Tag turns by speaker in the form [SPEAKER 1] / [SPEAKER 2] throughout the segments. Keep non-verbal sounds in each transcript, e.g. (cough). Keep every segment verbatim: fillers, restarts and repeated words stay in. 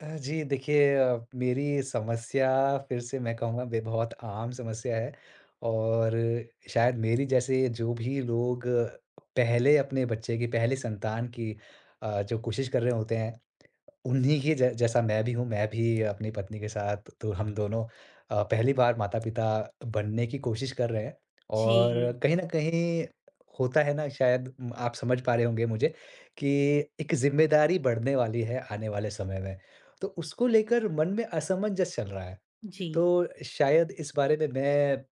[SPEAKER 1] अ, जी देखिए अ, मेरी समस्या फिर से मैं कहूँगा, बे बहुत आम समस्या है। और शायद मेरी जैसे जो भी लोग पहले अपने बच्चे की पहली संतान की अ, जो कोशिश कर रहे होते हैं, उन्हीं के जै जैसा मैं भी हूँ, मैं भी अपनी पत्नी के साथ, तो हम दोनों अ, पहली बार माता-पिता बनने की कोशिश कर रहे हैं।
[SPEAKER 2] जी,
[SPEAKER 1] और कहीं न कहीं होता है ना शायद, उम, आप समझ पा रहे होंगे मुझे कि एक ज़िम्मेदारी बढ़ने वाली है आने वाले समय में। तो उसको लेकर मन में असमंजस चल रहा है।
[SPEAKER 2] जी,
[SPEAKER 1] तो शायद इस बारे में मैं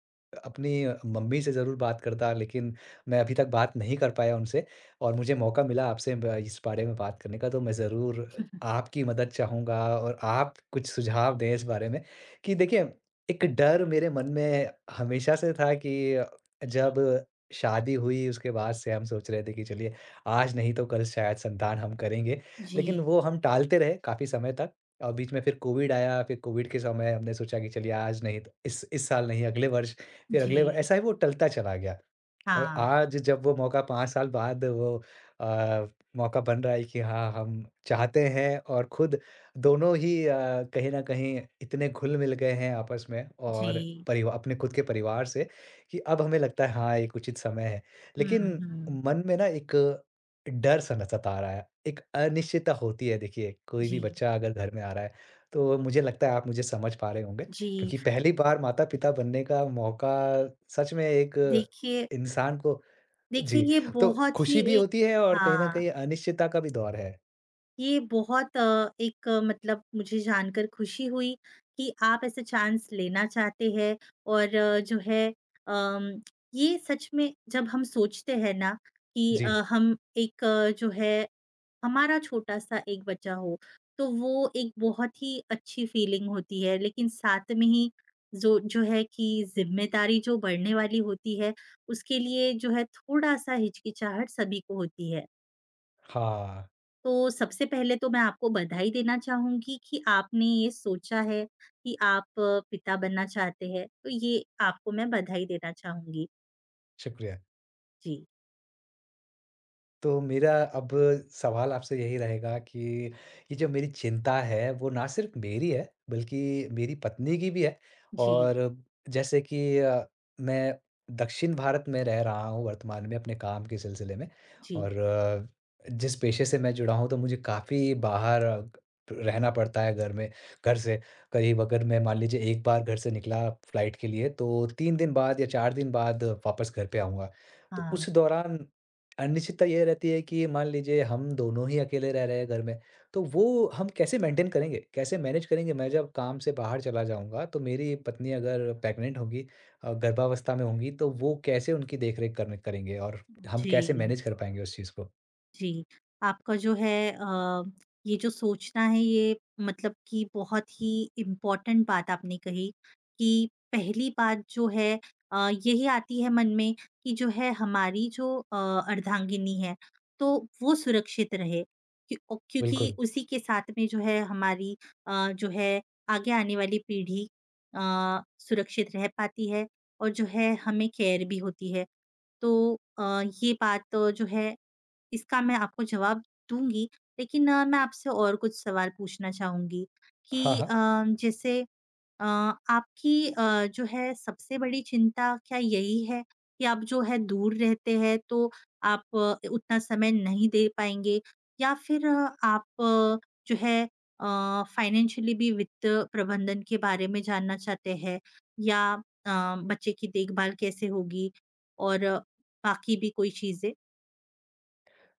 [SPEAKER 1] अपनी मम्मी से ज़रूर बात करता, लेकिन मैं अभी तक बात नहीं कर पाया उनसे। और मुझे मौका मिला आपसे ब इस बारे में बात करने का, तो मैं ज़रूर आपकी मदद चाहूँगा और आप कुछ सुझाव दें इस बारे में कि देखिए, एक डर मेरे मन में हमेशा से था कि जब शादी हुई, उसके बाद से हम सोच रहे थे कि चलिए, आज नहीं तो कल शायद संतान हम करेंगे। लेकिन
[SPEAKER 2] जी,
[SPEAKER 1] वो हम टालते रहे काफ़ी समय तक, और बीच में फिर कोविड आया, फिर कोविड के समय हमने सोचा कि चलिए, आज नहीं तो इस इस साल नहीं, अगले वर्ष, फिर
[SPEAKER 2] जी।
[SPEAKER 1] अगले व ऐसा ही वो टलता चला गया। और
[SPEAKER 2] हाँ,
[SPEAKER 1] आज जब वो मौका पाँच साल बाद वो अ, मौका बन रहा है कि हाँ, हम चाहते हैं, और खुद दोनों ही, अ, कहीं न कहीं इतने घुल-मिल गए हैं आपस में और
[SPEAKER 2] जी।
[SPEAKER 1] परिवा अपने खुद के परिवार से कि अब हमें लगता है हाँ, एक उचित समय है।
[SPEAKER 2] हुँ,
[SPEAKER 1] लेकिन
[SPEAKER 2] हुँ।
[SPEAKER 1] मन में ना एक डर सा न सता रहा है, एक अनिश्चितता होती है। देखिए, कोई भी
[SPEAKER 2] जी,
[SPEAKER 1] बच्चा अगर घर में आ रहा है, तो मुझे लगता है आप मुझे समझ पा रहे होंगे,
[SPEAKER 2] जी।
[SPEAKER 1] क्योंकि पहली बार माता-पिता बनने का मौका सच में एक
[SPEAKER 2] देखिए
[SPEAKER 1] इंसान को।
[SPEAKER 2] देखिए
[SPEAKER 1] जी,
[SPEAKER 2] ये
[SPEAKER 1] तो
[SPEAKER 2] बहुत ही
[SPEAKER 1] खुशी भी
[SPEAKER 2] एक
[SPEAKER 1] होती है और कहीं न
[SPEAKER 2] हाँ,
[SPEAKER 1] कहीं अनिश्चितता का भी दौर है।
[SPEAKER 2] ये बहुत अ, एक अ, मतलब मुझे जानकर खुशी हुई कि आप ऐसा चांस लेना चाहते हैं और अ, जो है अम, ये सच में जब हम सोचते हैं ना कि अ,
[SPEAKER 1] जी,
[SPEAKER 2] हम एक अ, जो है हमारा छोटा-सा एक बच्चा हो, तो वो एक बहुत ही अच्छी फीलिंग होती है। लेकिन साथ में ही जो जो है कि ज़िम्मेदारी जो बढ़ने वाली होती है, उसके लिए जो है थोड़ा-सा हिचकिचाहट सभी को होती है।
[SPEAKER 1] हाँ,
[SPEAKER 2] तो सबसे पहले तो मैं आपको बधाई देना चाहूँगी कि आपने ये सोचा है कि आप पिता बनना चाहते हैं, तो ये आपको मैं बधाई देना चाहूँगी।
[SPEAKER 1] शुक्रिया।
[SPEAKER 2] जी,
[SPEAKER 1] तो मेरा अब सवाल आपसे यही रहेगा कि ये जो मेरी चिंता है वो ना सिर्फ़ मेरी है, बल्कि मेरी पत्नी की भी है।
[SPEAKER 2] जी,
[SPEAKER 1] और जैसे कि, अ, मैं दक्षिण भारत में रह रहा हूँ वर्तमान में अपने काम के सिलसिले में।
[SPEAKER 2] जी।
[SPEAKER 1] और अ, जिस पेशे से मैं जुड़ा हूँ, तो मुझे काफ़ी बाहर, अ, ग- रहना पड़ता है घर में। घर से करीब, अगर मैं मान लीजिए एक बार घर से निकला फ्लाइट के लिए, तो तीन दिन बाद या चार दिन बाद वापस घर पे आऊँगा। तो
[SPEAKER 2] हाँ,
[SPEAKER 1] उस दौरान अनिश्चितता ये रहती है कि मान लीजिए हम दोनों ही अकेले रह रहे हैं घर में, तो वो हम कैसे मेंटेन करेंगे? कैसे मैनेज करेंगे? मैं जब काम से बाहर चला जाऊँगा, तो मेरी पत्नी अगर प्रेग्नेंट होंगी, अ, गर्भावस्था में होंगी, तो वो कैसे उनकी देख-रेख करने करेंगे और हम कैसे
[SPEAKER 2] जी।
[SPEAKER 1] मैनेज कर पाएँगे उस चीज़ को?
[SPEAKER 2] जी, आपका जो है अ, ये जो सोचना है ये मतलब कि बहुत ही इम्पोर्टेंट बात आपने कही कि पहली बात जो है अ, यही आती है मन में कि जो है हमारी जो अ, अर्धांगिनी है तो वो सुरक्षित रहे क्यों ओ क्योंकि
[SPEAKER 1] बिल्कुल।
[SPEAKER 2] उसी के साथ में जो है हमारी अ, जो है आगे आने वाली पीढ़ी अ, सुरक्षित रह पाती है और जो है हमें केयर भी होती है। तो अ, ये बात अ, जो है इसका मैं आपको जवाब दूँगी, लेकिन अ, मैं आपसे और कुछ सवाल पूछना चाहूँगी कि
[SPEAKER 1] हाँ, हाँ।
[SPEAKER 2] अ, जैसे अ, आपकी अ, जो है सबसे बड़ी चिंता क्या यही है कि आप जो है दूर रहते हैं तो आप अ, उतना समय नहीं दे पाएँगे? या फिर अ, आप अ, जो है अ, फाइनेंशियली भी वित्त प्रबंधन के बारे में जानना चाहते हैं? या अ, बच्चे की देखभाल कैसे होगी और अ, बाकी भी कोई चीज़ें?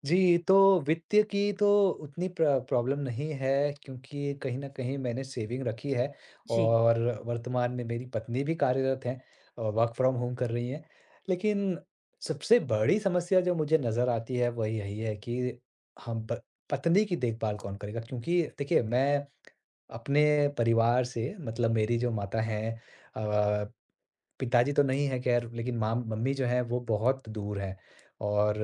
[SPEAKER 1] जी, तो वित्त की तो उतनी प्र प्रॉब्लम नहीं है, क्योंकि कहीं न कहीं मैंने सेविंग रखी है।
[SPEAKER 2] जी।
[SPEAKER 1] और वर्तमान में मेरी पत्नी भी कार्यरत हैं, अ, वर्क फ्रॉम होम कर रही हैं। लेकिन सबसे बड़ी समस्या जो मुझे नज़र आती है वह यही है कि हम प पत्नी की देखभाल कौन करेगा? क्योंकि देखिए, मैं अपने परिवार से मतलब मेरी जो माता हैं, अ पिताजी तो नहीं है खैर, लेकिन माँ मम्मी जो हैं वो बहुत दूर हैं। और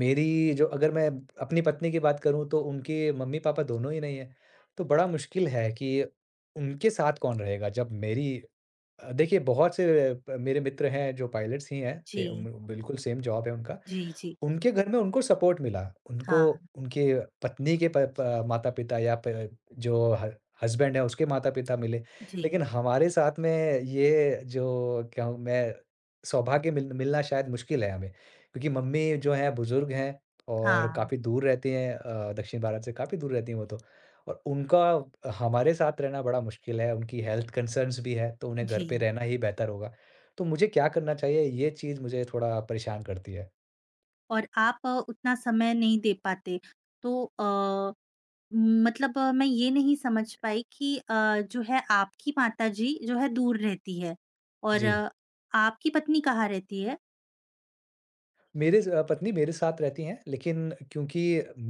[SPEAKER 1] मेरी जो अगर मैं अपनी पत्नी की बात करूँ तो उनके मम्मी-पापा दोनों ही नहीं हैं। तो बड़ा मुश्किल है कि उनके साथ कौन रहेगा जब मेरी। अ, देखिए, बहुत से अ, मेरे मित्र हैं जो पायलट्स ही हैं, ए, उम,
[SPEAKER 2] जी।
[SPEAKER 1] बिल्कुल सेम जॉब है उनका।
[SPEAKER 2] जी, जी।
[SPEAKER 1] उनके घर में उनको सपोर्ट मिला। उनको
[SPEAKER 2] हाँ,
[SPEAKER 1] उनके पत्नी के प प माता-पिता या प जो ह हस्बैंड है उसके माता-पिता मिले।
[SPEAKER 2] जी,
[SPEAKER 1] लेकिन हमारे साथ में ये जो क्या हूँ मैं, सौभाग्य मिल मिलना शायद मुश्किल है हमें। क्योंकि मम्मी जो हैं बुज़ुर्ग हैं और
[SPEAKER 2] हाँ,
[SPEAKER 1] काफ़ी दूर रहती हैं, अ, दक्षिण भारत से काफ़ी दूर रहती हैं वो तो। और उनका हमारे साथ रहना बड़ा मुश्किल है, उनकी हेल्थ कंसर्न्स भी है, तो उन्हें घर
[SPEAKER 2] जी।
[SPEAKER 1] पे रहना ही बेहतर होगा। तो मुझे क्या करना चाहिए, ये चीज़ मुझे थोड़ा परेशान करती है।
[SPEAKER 2] और आप अ, उतना समय नहीं दे पाते। तो अ, मतलब अ, मैं ये नहीं समझ पाई कि अ, जो है आपकी माताजी जो है दूर रहती है और
[SPEAKER 1] जी।
[SPEAKER 2] अ, आपकी पत्नी कहाँ रहती है?
[SPEAKER 1] मेरे स अ, पत्नी मेरे साथ रहती हैं, लेकिन क्योंकि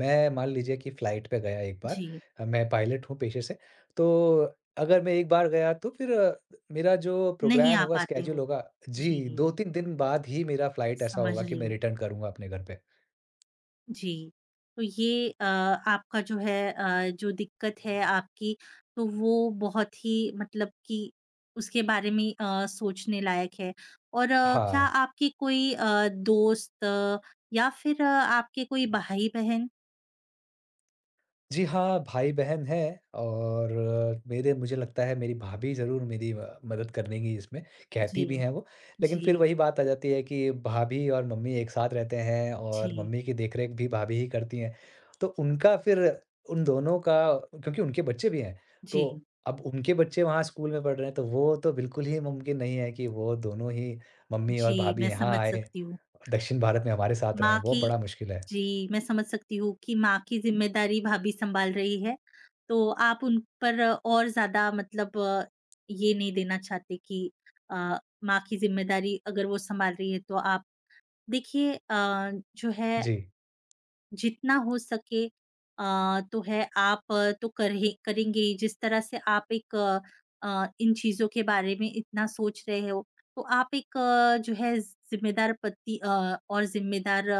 [SPEAKER 1] मैं मान लीजिए कि फ़्लाइट पे गया एक बार,
[SPEAKER 2] जी,
[SPEAKER 1] अ, मैं पायलट हूँ पेशे से, तो अगर मैं एक बार गया तो फिर अ, मेरा जो
[SPEAKER 2] नहीं
[SPEAKER 1] प्रोग्राम
[SPEAKER 2] आ
[SPEAKER 1] होगा,
[SPEAKER 2] पाते
[SPEAKER 1] स्केड्यूल
[SPEAKER 2] हो।
[SPEAKER 1] होगा। जी,
[SPEAKER 2] जी,
[SPEAKER 1] दो तीन दिन बाद ही मेरा फ़्लाइट ऐसा
[SPEAKER 2] समझ
[SPEAKER 1] होगा कि
[SPEAKER 2] रही
[SPEAKER 1] मैं
[SPEAKER 2] हूँ।
[SPEAKER 1] रिटर्न करूँगा अपने घर पे।
[SPEAKER 2] जी। तो ये अ, आपका जो है अ, जो दिक्कत है आपकी तो वो बहुत ही मतलब कि उसके बारे में अ, सोचने लायक है। और अ, क्या
[SPEAKER 1] हाँ।
[SPEAKER 2] आपके कोई अ, दोस्त अ, या फिर अ, आपके कोई भाई-बहन?
[SPEAKER 1] जी हाँ, भाई-बहन हैं और अ, मेरे मुझे लगता है मेरी भाभी ज़रूर मेरी अ, मदद कर देंगी इसमें,
[SPEAKER 2] जी,
[SPEAKER 1] कहती भी हैं वो।
[SPEAKER 2] जी,
[SPEAKER 1] लेकिन फिर वही बात आ जाती है कि भाभी और मम्मी एक साथ रहते हैं और
[SPEAKER 2] जी,
[SPEAKER 1] मम्मी की देखरेख भी भाभी ही करती हैं। तो उनका फिर, उन दोनों का, क्योंकि उनके बच्चे भी हैं, तो
[SPEAKER 2] जी,
[SPEAKER 1] अब उनके बच्चे वहाँ स्कूल में पढ़ रहे हैं, तो वो तो बिल्कुल ही मुमकिन नहीं है कि वो दोनों ही, मम्मी और
[SPEAKER 2] जी,
[SPEAKER 1] भाभी,
[SPEAKER 2] मैं
[SPEAKER 1] यहाँ
[SPEAKER 2] समझ
[SPEAKER 1] आएँ,
[SPEAKER 2] सकती हूँ।
[SPEAKER 1] दक्षिण भारत में हमारे साथ रहें,
[SPEAKER 2] माँ
[SPEAKER 1] वो
[SPEAKER 2] की
[SPEAKER 1] बड़ा मुश्किल है।
[SPEAKER 2] जी, मैं समझ सकती हूँ कि माँ की ज़िम्मेदारी भाभी सँभाल रही है, तो आप उन पर और ज़्यादा मतलब अ, ये नहीं देना चाहते कि अ, माँ की ज़िम्मेदारी अगर वो सँभाल रही है तो आप देखिए अ, जो है
[SPEAKER 1] जी।
[SPEAKER 2] जितना हो सके अ, तो है आप अ, तो कर ही करेंगे ही। जिस तरह से आप एक अ, अ, इन चीज़ों के बारे में इतना सोच रहे हो, तो आप एक अ, जो है ज़िम्मेदार पति अ, और ज़िम्मेदार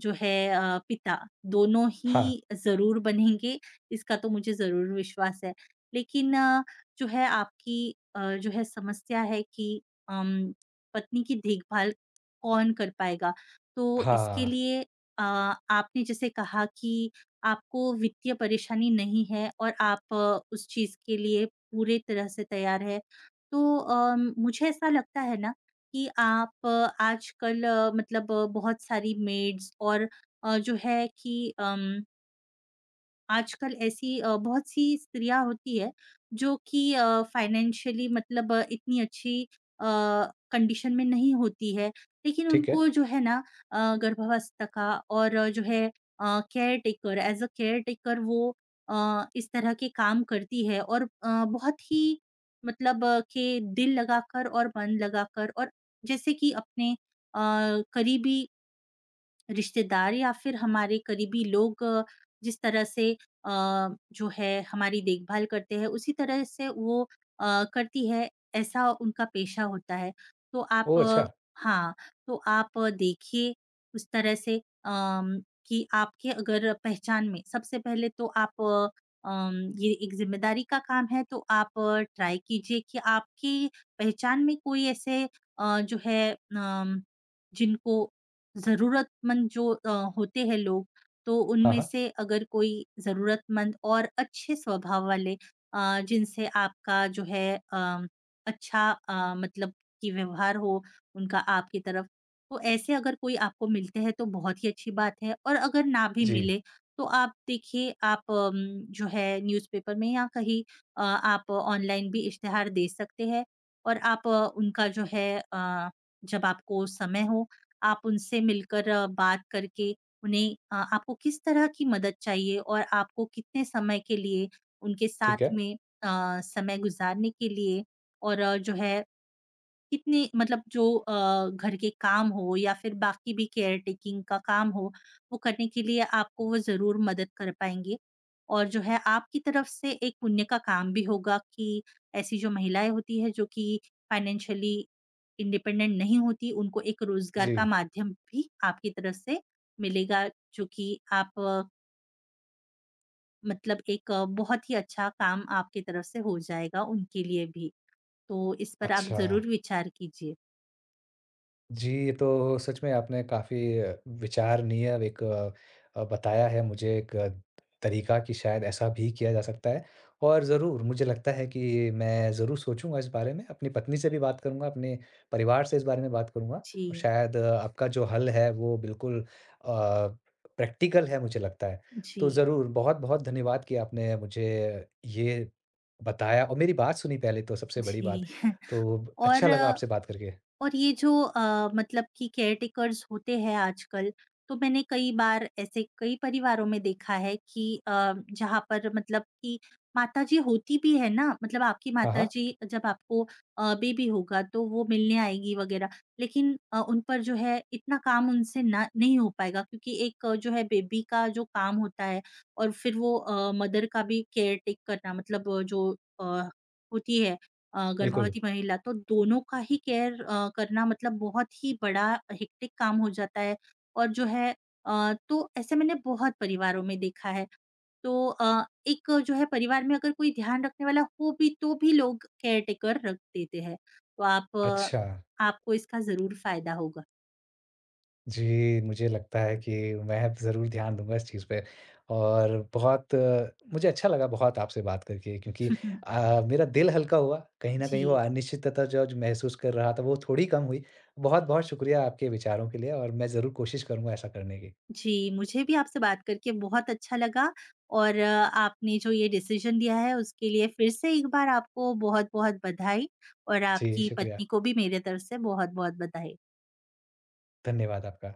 [SPEAKER 2] जो है अ, पिता दोनों ही
[SPEAKER 1] हाँ।
[SPEAKER 2] ज़रूर बनेंगे, इसका तो मुझे ज़रूर विश्वास है। लेकिन अ, जो है आपकी अ, जो है समस्या है कि अम, पत्नी की देखभाल कौन कर पाएगा? तो इसके
[SPEAKER 1] हाँ,
[SPEAKER 2] लिए अ, आपने जैसे कहा कि आपको वित्तीय परेशानी नहीं है और आप अ, उस चीज़ के लिए पूरे तरह से तैयार हैं। तो अ, मुझे ऐसा लगता है ना कि आप अ, आजकल अ, मतलब अ, बहुत सारी मेड्स और अ, जो है कि अम आजकल ऐसी अ, बहुत सी स्त्रियाँ होती है जो कि अ, फाइनेंशियली मतलब अ, इतनी अच्छी अ, कंडीशन में नहीं होती है, लेकिन
[SPEAKER 1] ठीक है।
[SPEAKER 2] उनको जो है ना अ, गर्भावस्था का और अ, जो है अ, caretaker as a caretaker वो अ, इस तरह के काम करती है और अ, बहुत ही मतलब अ, के दिल लगाकर और मन लगाकर और जैसे कि अपने अ, करीबी रिश्तेदार या फिर हमारे करीबी लोग अ, जिस तरह से अ, जो है हमारी देखभाल करते हैं उसी तरह से वो अ, करती है, ऐसा उनका पेशा होता है। तो आप
[SPEAKER 1] ओह! अच्छा।
[SPEAKER 2] अ, हाँ, तो आप अ, देखिए उस तरह से अम, कि आपके अगर पहचान में सबसे पहले तो आप अ, अम, ये एक ज़िम्मेदारी का काम है तो आप ट्राई कीजिए कि आपकी पहचान में कोई ऐसे अ, जो है अम, जिनको ज़रूरतमंद जो अ, होते हैं लोग, तो
[SPEAKER 1] हाँ,
[SPEAKER 2] उनमें
[SPEAKER 1] हाँ।
[SPEAKER 2] से अगर कोई ज़रूरतमंद और अच्छे स्वभाव वाले अ, जिनसे आपका जो है अ, अच्छा अ, मतलब कि व्यवहार हो उनका आपकी तरफ, तो ऐसे अगर कोई आपको मिलते हैं तो बहुत ही अच्छी बात है और अगर ना भी
[SPEAKER 1] जी,
[SPEAKER 2] मिले तो आप देखिए आप अम, जो है न्यूज़पेपर में या कहीं अ, आप ऑनलाइन भी इश्तिहार दे सकते हैं और आप अ, उनका जो है अ, जब आपको समय हो आप उनसे मिलकर अ, बात करके उन्हें अ, आपको किस तरह की मदद चाहिए और आपको कितने समय के लिए उनके
[SPEAKER 1] ठीक
[SPEAKER 2] साथ
[SPEAKER 1] है।
[SPEAKER 2] में अ, समय गुजारने के लिए और अ, जो है कितने मतलब जो अ, घर के काम हो या फिर बाकी भी केयर टेकिंग का काम हो, वो करने के लिए आपको वो ज़रूर मदद कर पाएँगे। और जो है आपकी तरफ से एक पुण्य का काम भी होगा कि ऐसी जो महिलाएँ होती हैं जो कि फाइनेंशियली इंडिपेंडेंट नहीं होती, उनको एक रोज़गार का
[SPEAKER 1] जी,
[SPEAKER 2] माध्यम भी आपकी तरफ से मिलेगा, जो कि आप अ, मतलब एक अ, बहुत ही अच्छा काम आपकी तरफ से हो जाएगा उनके लिए भी। तो इस पर आप
[SPEAKER 1] अच्छा।
[SPEAKER 2] ज़रूर विचार कीजिए।
[SPEAKER 1] जी, ये तो सच में आपने काफ़ी विचारणीय एक, अ, अ, बताया है मुझे एक अ, तरीका कि शायद ऐसा भी किया जा सकता है। और ज़रूर मुझे लगता है कि मैं ज़रूर सोचूँगा इस बारे में, अपनी पत्नी से भी बात करूँगा, अपने परिवार से इस बारे में बात करूँगा, और
[SPEAKER 2] जी।
[SPEAKER 1] शायद अ, आपका जो हल है वो बिल्कुल अ, प्रैक्टिकल है, मुझे लगता है। तो
[SPEAKER 2] जी,
[SPEAKER 1] ज़रूर बहुत-बहुत धन्यवाद कि आपने मुझे ये बताया और मेरी बात सुनी, पहले तो सबसे बड़ी
[SPEAKER 2] जी।
[SPEAKER 1] बात।
[SPEAKER 2] (laughs)
[SPEAKER 1] तो अच्छा
[SPEAKER 2] और
[SPEAKER 1] लगा
[SPEAKER 2] अ,
[SPEAKER 1] आपसे बात करके।
[SPEAKER 2] और ये जो अ, मतलब कि केयरटेकर्स होते हैं आजकल, तो मैंने कई बार ऐसे कई परिवारों में देखा है कि अ, जहाँ पर मतलब कि माताजी होती भी है ना, मतलब आपकी
[SPEAKER 1] हाँ, हाँ,
[SPEAKER 2] माताजी जब आपको अ, बेबी होगा तो वो मिलने आएगी वगैरह, लेकिन अ, उन पर जो है इतना काम उनसे ना नहीं हो पाएगा क्योंकि एक अ, जो है बेबी का जो काम होता है और फिर वो अ, मदर का भी केयरटेक करना मतलब अ, जो अ, होती है अ,
[SPEAKER 1] बिल्कुल।
[SPEAKER 2] गर्भवती महिला तो दोनों का ही केयर अ, करना मतलब बहुत ही बड़ा हेक्टिक काम हो जाता है और जो है अ, तो ऐसे मैंने बहुत परिवारों में देखा है। तो अ, एक जो है परिवार में अगर कोई ध्यान रखने वाला हो भी तो भी लोग केयर टेकर रख देते हैं। तो आप अ,
[SPEAKER 1] अच्छा।
[SPEAKER 2] आपको इसका ज़रूर फ़ायदा होगा।
[SPEAKER 1] जी, मुझे लगता है कि मैं ज़रूर ध्यान दूँगा इस चीज़ पे, और बहुत अ, मुझे अच्छा लगा बहुत आपसे बात करके, क्योंकि
[SPEAKER 2] (laughs)
[SPEAKER 1] अ, मेरा दिल हल्का हुआ। कहीं न कहीं वो
[SPEAKER 2] जी।
[SPEAKER 1] अनिश्चितता जो आज महसूस कर रहा था, वो थोड़ी कम हुई। बहुत-बहुत शुक्रिया आपके विचारों के लिए, और मैं ज़रूर कोशिश करूँगा ऐसा करने की।
[SPEAKER 2] जी, मुझे भी आपसे बात करके बहुत अच्छा लगा और अ, आपने जो ये डिसीज़न दिया है उसके लिए फिर से एक बार आपको बहुत-बहुत बधाई और
[SPEAKER 1] जी,
[SPEAKER 2] आपकी
[SPEAKER 1] शुक्रिया।
[SPEAKER 2] पत्नी को भी मेरे तरफ से बहुत-बहुत बधाई।
[SPEAKER 1] धन्यवाद आपका।